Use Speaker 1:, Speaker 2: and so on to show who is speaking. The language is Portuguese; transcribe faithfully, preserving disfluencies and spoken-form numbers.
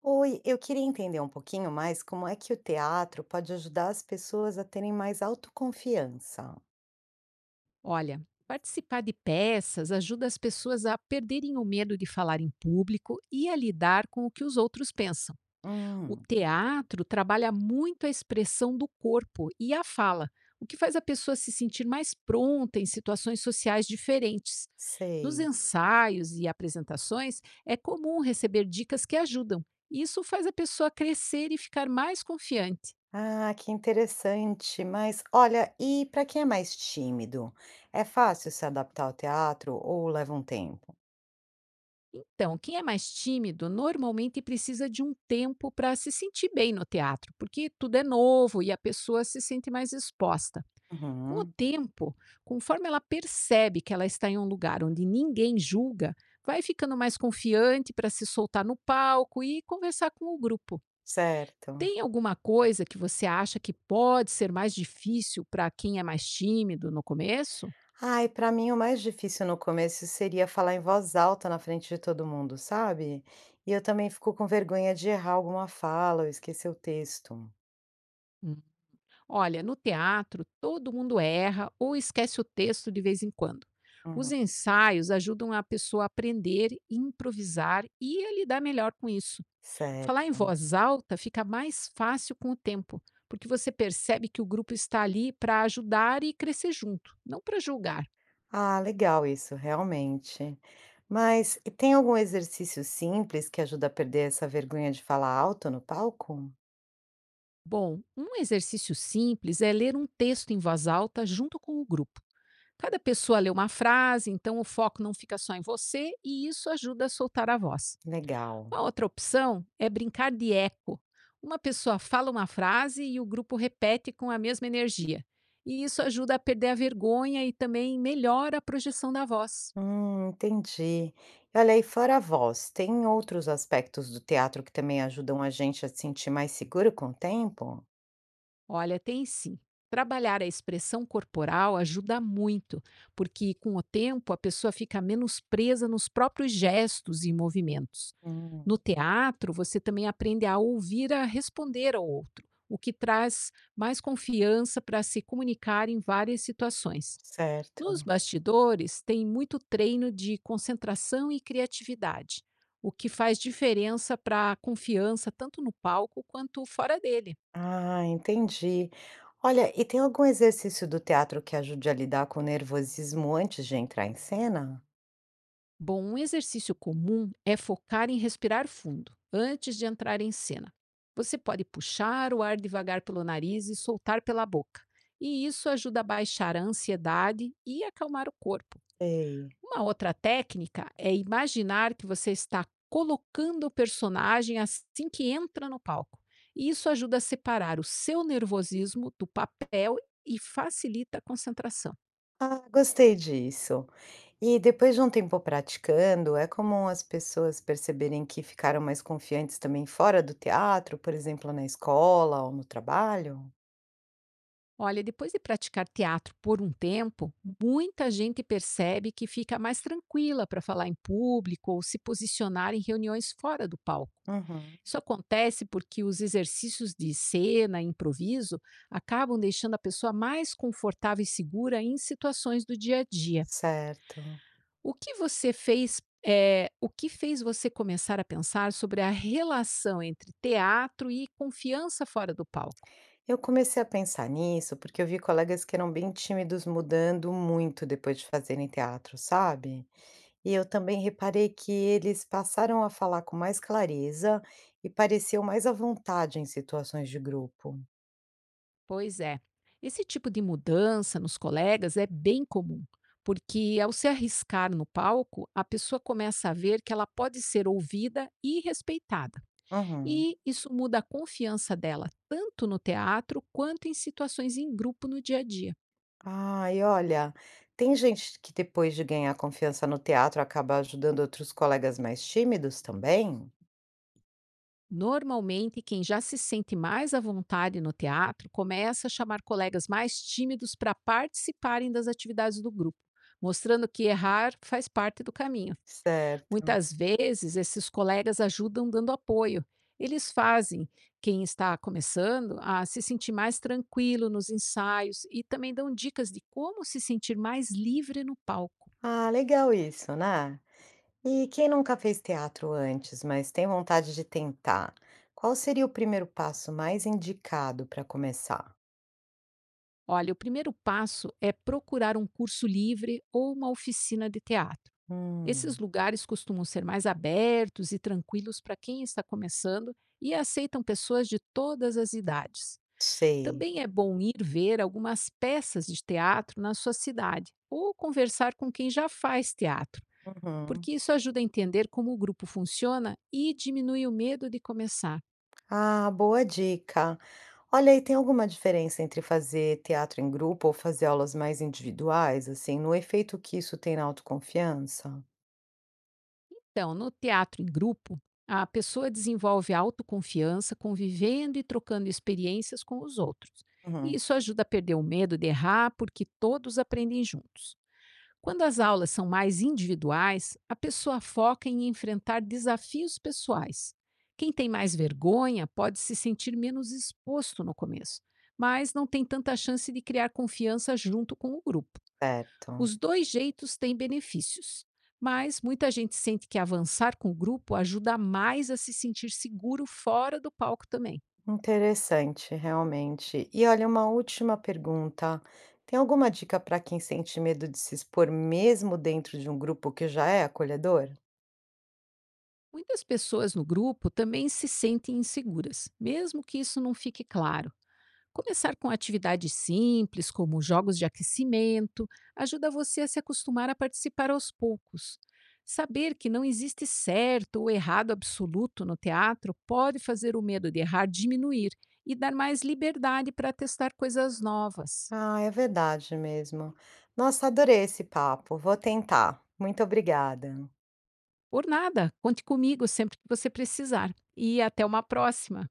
Speaker 1: Oi, eu queria entender um pouquinho mais como é que o teatro pode ajudar as pessoas a terem mais autoconfiança.
Speaker 2: Olha, participar de peças ajuda as pessoas a perderem o medo de falar em público e a lidar com o que os outros pensam. O
Speaker 1: Hum,
Speaker 2: teatro trabalha muito a expressão do corpo e a fala, o que faz a pessoa se sentir mais pronta em situações sociais diferentes. Nos
Speaker 1: sei.
Speaker 2: ensaios e apresentações, é comum receber dicas que ajudam. Isso faz a pessoa crescer e ficar mais confiante.
Speaker 1: Ah, que interessante. Mas olha, e para quem é mais tímido, é fácil se adaptar ao teatro ou leva um tempo?
Speaker 2: Então, quem é mais tímido normalmente precisa de um tempo para se sentir bem no teatro, porque tudo é novo e a pessoa se sente mais exposta. Com o
Speaker 1: Uhum,
Speaker 2: tempo, conforme ela percebe que ela está em um lugar onde ninguém julga, vai ficando mais confiante para se soltar no palco e conversar com o grupo.
Speaker 1: certo.
Speaker 2: Tem alguma coisa que você acha que pode ser mais difícil para quem é mais tímido no começo?
Speaker 1: Ai, para mim o mais difícil no começo seria falar em voz alta na frente de todo mundo, sabe? E eu também fico com vergonha de errar alguma fala ou esquecer o texto.
Speaker 2: Olha, no teatro, todo mundo erra ou esquece o texto de vez em quando. Os
Speaker 1: Uhum,
Speaker 2: ensaios ajudam a pessoa a aprender, improvisar e a lidar melhor com isso. Falar em
Speaker 1: certo.
Speaker 2: voz alta fica mais fácil com o tempo, porque você percebe que o grupo está ali para ajudar e crescer junto, não para julgar.
Speaker 1: Ah, legal isso, realmente. Mas e tem algum exercício simples que ajuda a perder essa vergonha de falar alto no palco?
Speaker 2: Bom, um exercício simples é ler um texto em voz alta junto com o grupo. Cada pessoa lê uma frase, então o foco não fica só em você e isso ajuda a soltar a voz.
Speaker 1: Legal.
Speaker 2: Uma outra opção é brincar de eco. Uma pessoa fala uma frase e o grupo repete com a mesma energia. E isso ajuda a perder a vergonha e também melhora a projeção da voz.
Speaker 1: Hum, entendi. E olha aí, fora a voz, tem outros aspectos do teatro que também ajudam a gente a se sentir mais seguro com o tempo?
Speaker 2: Olha, tem sim. Trabalhar a expressão corporal ajuda muito, porque com o tempo a pessoa fica menos presa nos próprios gestos e movimentos.
Speaker 1: Hum,
Speaker 2: No teatro, você também aprende a ouvir, a responder ao outro, o que traz mais confiança para se comunicar em várias situações. Nos
Speaker 1: certo.
Speaker 2: bastidores, tem muito treino de concentração e criatividade, o que faz diferença para a confiança tanto no palco quanto fora dele.
Speaker 1: Ah, entendi. Olha, e tem algum exercício do teatro que ajude a lidar com o nervosismo antes de entrar em cena?
Speaker 2: Bom, um exercício comum é focar em respirar fundo antes de entrar em cena. Você pode puxar o ar devagar pelo nariz e soltar pela boca, e isso ajuda a baixar a ansiedade e acalmar o corpo.
Speaker 1: Sei.
Speaker 2: Uma outra técnica é imaginar que você está colocando o personagem assim que entra no palco. E isso ajuda a separar o seu nervosismo do papel e facilita a concentração.
Speaker 1: Ah, gostei disso. E depois de um tempo praticando, é comum as pessoas perceberem que ficaram mais confiantes também fora do teatro, por exemplo, na escola ou no trabalho?
Speaker 2: Olha, depois de praticar teatro por um tempo, muita gente percebe que fica mais tranquila para falar em público ou se posicionar em reuniões fora do palco.
Speaker 1: Uhum,
Speaker 2: Isso acontece porque os exercícios de cena e improviso acabam deixando a pessoa mais confortável e segura em situações do dia a dia.
Speaker 1: certo.
Speaker 2: O que você fez? Eh, o que fez você começar a pensar sobre a relação entre teatro e confiança fora do palco?
Speaker 1: Eu comecei a pensar nisso porque eu vi colegas que eram bem tímidos mudando muito depois de fazerem teatro, sabe? E eu também reparei que eles passaram a falar com mais clareza e pareciam mais à vontade em situações de grupo.
Speaker 2: Pois é, esse tipo de mudança nos colegas é bem comum, porque ao se arriscar no palco, a pessoa começa a ver que ela pode ser ouvida e respeitada.
Speaker 1: Uhum.
Speaker 2: E isso muda a confiança dela tanto no teatro quanto em situações em grupo no dia a dia.
Speaker 1: Ai, olha, tem gente que depois de ganhar confiança no teatro acaba ajudando outros colegas mais tímidos também?
Speaker 2: Normalmente, quem já se sente mais à vontade no teatro começa a chamar colegas mais tímidos para participarem das atividades do grupo, mostrando que errar faz parte do caminho.
Speaker 1: Certo.
Speaker 2: Muitas vezes, esses colegas ajudam dando apoio. Eles fazem quem está começando a se sentir mais tranquilo nos ensaios e também dão dicas de como se sentir mais livre no palco.
Speaker 1: Ah, legal isso, né? E quem nunca fez teatro antes, mas tem vontade de tentar, qual seria o primeiro passo mais indicado para começar?
Speaker 2: Olha, o primeiro passo é procurar um curso livre ou uma oficina de teatro. Esses
Speaker 1: Hum,
Speaker 2: lugares costumam ser mais abertos e tranquilos para quem está começando e aceitam pessoas de todas as idades.
Speaker 1: sei.
Speaker 2: Também é bom ir ver algumas peças de teatro na sua cidade ou conversar com quem já faz teatro,
Speaker 1: Uhum.
Speaker 2: porque isso ajuda a entender como o grupo funciona e diminui o medo de começar.
Speaker 1: Ah, boa dica. Olha, e tem alguma diferença entre fazer teatro em grupo ou fazer aulas mais individuais, assim, no efeito que isso tem na autoconfiança?
Speaker 2: Então, no teatro em grupo, a pessoa desenvolve autoconfiança convivendo e trocando experiências com os outros. E
Speaker 1: Uhum,
Speaker 2: isso ajuda a perder o medo de errar, porque todos aprendem juntos. Quando as aulas são mais individuais, a pessoa foca em enfrentar desafios pessoais. Quem tem mais vergonha pode se sentir menos exposto no começo, mas não tem tanta chance de criar confiança junto com o grupo.
Speaker 1: certo.
Speaker 2: Os dois jeitos têm benefícios, mas muita gente sente que avançar com o grupo ajuda mais a se sentir seguro fora do palco também.
Speaker 1: Interessante, realmente. E olha, uma última pergunta. Tem alguma dica para quem sente medo de se expor mesmo dentro de um grupo que já é acolhedor?
Speaker 2: Muitas pessoas no grupo também se sentem inseguras, mesmo que isso não fique claro. Começar com atividades simples, como jogos de aquecimento, ajuda você a se acostumar a participar aos poucos. Saber que não existe certo ou errado absoluto no teatro pode fazer o medo de errar diminuir e dar mais liberdade para testar coisas novas.
Speaker 1: Ah, é verdade mesmo. Nossa, adorei esse papo. Vou tentar. Muito obrigada.
Speaker 2: Por nada, conte comigo sempre que você precisar. E até uma próxima!